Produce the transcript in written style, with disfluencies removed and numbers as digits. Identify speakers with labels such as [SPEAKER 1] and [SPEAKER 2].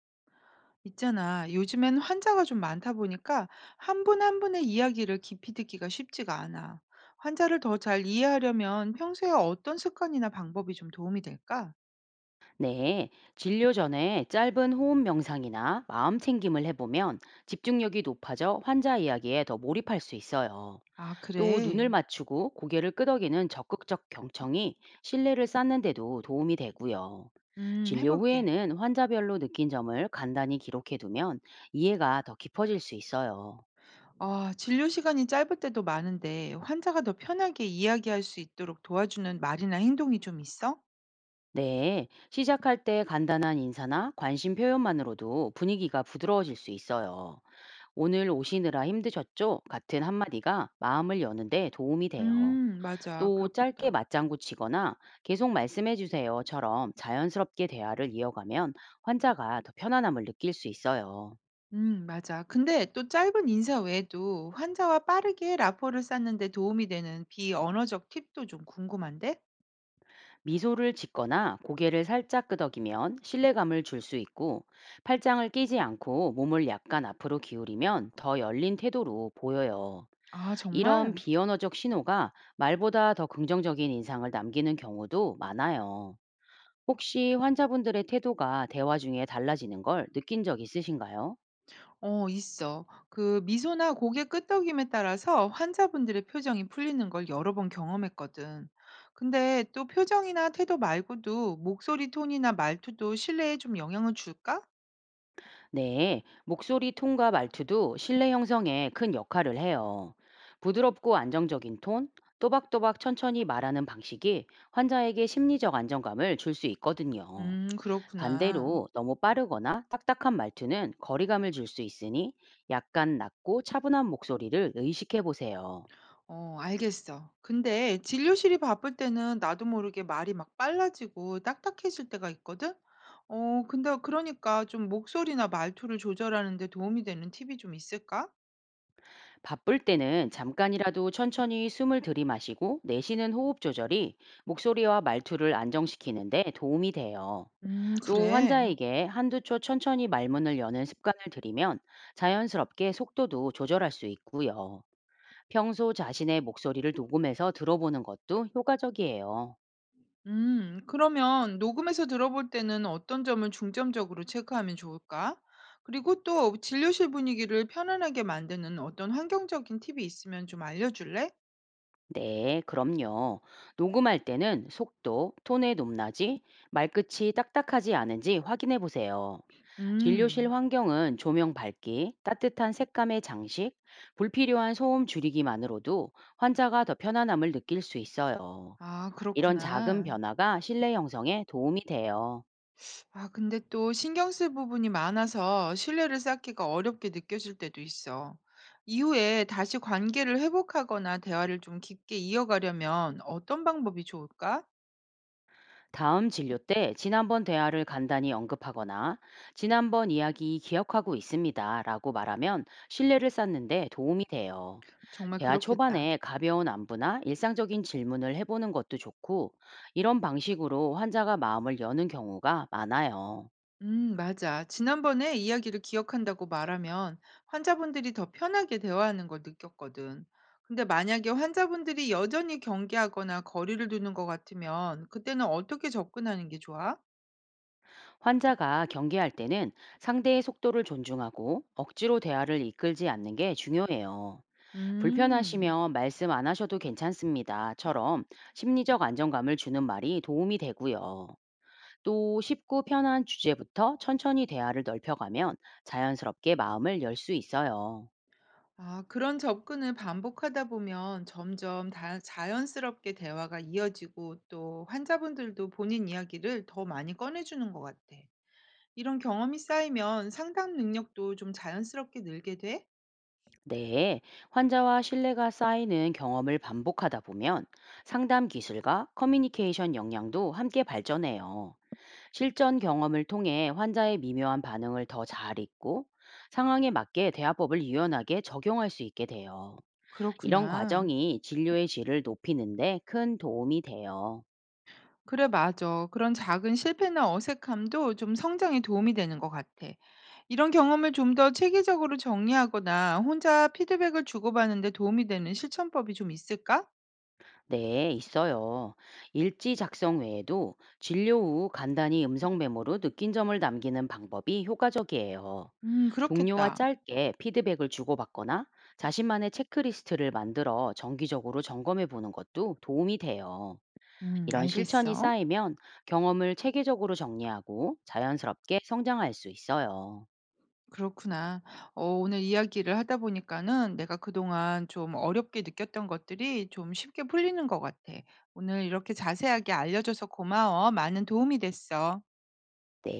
[SPEAKER 1] 있잖아. 요즘엔 환자가 좀 많다 보니까 한 분 한 분의 이야기를 깊이 듣기가 쉽지가 않아. 환자를 더 잘 이해하려면 평소에 어떤 습관이나 방법이 좀 도움이 될까?
[SPEAKER 2] 네, 진료 전에 짧은 호흡 명상이나 마음 챙김을 해보면 집중력이 높아져 환자 이야기에 더 몰입할 수 있어요.
[SPEAKER 1] 아,
[SPEAKER 2] 또 눈을
[SPEAKER 1] 그래.
[SPEAKER 2] 맞추고 고개를 끄덕이는 적극적 경청이 신뢰를 쌓는데도 도움이 되고요. 진료
[SPEAKER 1] 해볼게.
[SPEAKER 2] 후에는 환자별로 느낀 점을 간단히 기록해 두면 이해가 더 깊어질 수 있어요.
[SPEAKER 1] 아, 진료 시간이 짧을 때도 많은데 환자가 더 편하게 이야기할 수 있도록 도와주는 말이나 행동이 좀 있어?
[SPEAKER 2] 네, 시작할 때 간단한 인사나 관심 표현만으로도 분위기가 부드러워질 수 있어요. 오늘 오시느라 힘드셨죠? 같은 한마디가 마음을 여는데 도움이 돼요.
[SPEAKER 1] 맞아.
[SPEAKER 2] 또 짧게
[SPEAKER 1] 그렇겠다.
[SPEAKER 2] 맞장구 치거나 계속 말씀해 주세요처럼 자연스럽게 대화를 이어가면 환자가 더 편안함을 느낄 수 있어요.
[SPEAKER 1] 맞아. 근데 또 짧은 인사 외에도 환자와 빠르게 라포를 쌓는 데 도움이 되는 비언어적 팁도 좀 궁금한데?
[SPEAKER 2] 미소를 짓거나 고개를 살짝 끄덕이면 신뢰감을 줄 수 있고 팔짱을 끼지 않고 몸을 약간 앞으로 기울이면 더 열린 태도로 보여요.
[SPEAKER 1] 아,
[SPEAKER 2] 이런
[SPEAKER 1] 정말?
[SPEAKER 2] 비언어적 신호가 말보다 더 긍정적인 인상을 남기는 경우도 많아요. 혹시 환자분들의 태도가 대화 중에 달라지는 걸 느낀 적 있으신가요?
[SPEAKER 1] 어, 있어. 그 미소나 고개 끄덕임에 따라서 환자분들의 표정이 풀리는 걸 여러 번 경험했거든. 근데 또 표정이나 태도 말고도 목소리 톤이나 말투도 신뢰에 좀 영향을 줄까?
[SPEAKER 2] 네, 목소리 톤과 말투도 신뢰 형성에 큰 역할을 해요. 부드럽고 안정적인 톤, 또박또박 천천히 말하는 방식이 환자에게 심리적 안정감을 줄 수 있거든요.
[SPEAKER 1] 그렇구나.
[SPEAKER 2] 반대로 너무 빠르거나 딱딱한 말투는 거리감을 줄 수 있으니 약간 낮고 차분한 목소리를 의식해 보세요.
[SPEAKER 1] 어, 알겠어. 근데 진료실이 바쁠 때는 나도 모르게 말이 막 빨라지고 딱딱해질 때가 있거든? 어, 근데 그러니까 좀 목소리나 말투를 조절하는 데 도움이 되는 팁이 좀 있을까?
[SPEAKER 2] 바쁠 때는 잠깐이라도 천천히 숨을 들이마시고 내쉬는 호흡 조절이 목소리와 말투를 안정시키는데 도움이 돼요. 또
[SPEAKER 1] 그래.
[SPEAKER 2] 환자에게 한두 초 천천히 말문을 여는 습관을 들이면 자연스럽게 속도도 조절할 수 있고요. 평소 자신의 목소리를 녹음해서 들어보는 것도 효과적이에요.
[SPEAKER 1] 그러면 녹음해서 들어볼 때는 어떤 점을 중점적으로 체크하면 좋을까? 그리고 또 진료실 분위기를 편안하게 만드는 어떤 환경적인 팁이 있으면 좀 알려줄래?
[SPEAKER 2] 네, 그럼요. 녹음할 때는 속도, 톤의 높낮이, 말끝이 딱딱하지 않은지 확인해 보세요. 진료실
[SPEAKER 1] 음,
[SPEAKER 2] 환경은 조명 밝기, 따뜻한 색감의 장식, 불필요한 소음 줄이기만으로도 환자가 더 편안함을 느낄 수 있어요.
[SPEAKER 1] 아,
[SPEAKER 2] 이런 작은
[SPEAKER 1] 그렇구나.
[SPEAKER 2] 변화가 신뢰 형성에 도움이 돼요.
[SPEAKER 1] 아, 근데 또 신경 쓸 부분이 많아서 신뢰를 쌓기가 어렵게 느껴질 때도 있어. 이후에 다시 관계를 회복하거나 대화를 좀 깊게 이어가려면 어떤 방법이 좋을까?
[SPEAKER 2] 다음 진료 때 지난번 대화를 간단히 언급하거나 "지난번 이야기 기억하고 있습니다 라고 말하면 신뢰를 쌓는데 도움이 돼요.
[SPEAKER 1] 정말
[SPEAKER 2] 대화
[SPEAKER 1] 그렇겠다.
[SPEAKER 2] 초반에 가벼운 안부나 일상적인 질문을 해보는 것도 좋고 이런 방식으로 환자가 마음을 여는 경우가 많아요.
[SPEAKER 1] 맞아. 지난번에 이야기를 기억한다고 말하면 환자분들이 더 편하게 대화하는 걸 느꼈거든. 근데 만약에 환자분들이 여전히 경계하거나 거리를 두는 것 같으면 그때는 어떻게 접근하는 게 좋아?
[SPEAKER 2] 환자가 경계할 때는 상대의 속도를 존중하고 억지로 대화를 이끌지 않는 게 중요해요.
[SPEAKER 1] 음.
[SPEAKER 2] "불편하시면 말씀 안 하셔도 괜찮습니다"처럼 심리적 안정감을 주는 말이 도움이 되고요. 또 쉽고 편한 주제부터 천천히 대화를 넓혀가면 자연스럽게 마음을 열 수 있어요.
[SPEAKER 1] 아, 그런 접근을 반복하다 보면 점점 다 자연스럽게 대화가 이어지고 또 환자분들도 본인 이야기를 더 많이 꺼내주는 것 같아. 이런 경험이 쌓이면 상담 능력도 좀 자연스럽게 늘게 돼?
[SPEAKER 2] 네, 환자와 신뢰가 쌓이는 경험을 반복하다 보면 상담 기술과 커뮤니케이션 역량도 함께 발전해요. 실전 경험을 통해 환자의 미묘한 반응을 더 잘 읽고 상황에 맞게 대화법을 유연하게 적용할 수 있게 돼요. 이런
[SPEAKER 1] 그렇구나.
[SPEAKER 2] 과정이 진료의 질을 높이는데 큰 도움이 돼요.
[SPEAKER 1] 그래, 맞아. 그런 작은 실패나 어색함도 좀 성장에 도움이 되는 것 같아. 이런 경험을 좀 더 체계적으로 정리하거나 혼자 피드백을 주고받는 데 도움이 되는 실천법이 좀 있을까?
[SPEAKER 2] 네, 있어요. 일지 작성 외에도 진료 후 간단히 음성 메모로 느낀 점을 남기는 방법이 효과적이에요. 동료와
[SPEAKER 1] 그렇겠다.
[SPEAKER 2] 짧게 피드백을 주고받거나 자신만의 체크리스트를 만들어 정기적으로 점검해 보는 것도 도움이 돼요. 이런 실천이
[SPEAKER 1] 알겠어.
[SPEAKER 2] 쌓이면 경험을 체계적으로 정리하고 자연스럽게 성장할 수 있어요.
[SPEAKER 1] 그렇구나. 어 오늘 이야기를 하다 보니까는 내가 그동안 좀 어렵게 느꼈던 것들이 좀 쉽게 풀리는 것 같아. 오늘 이렇게 자세하게 알려줘서 고마워. 많은 도움이 됐어.
[SPEAKER 2] 네.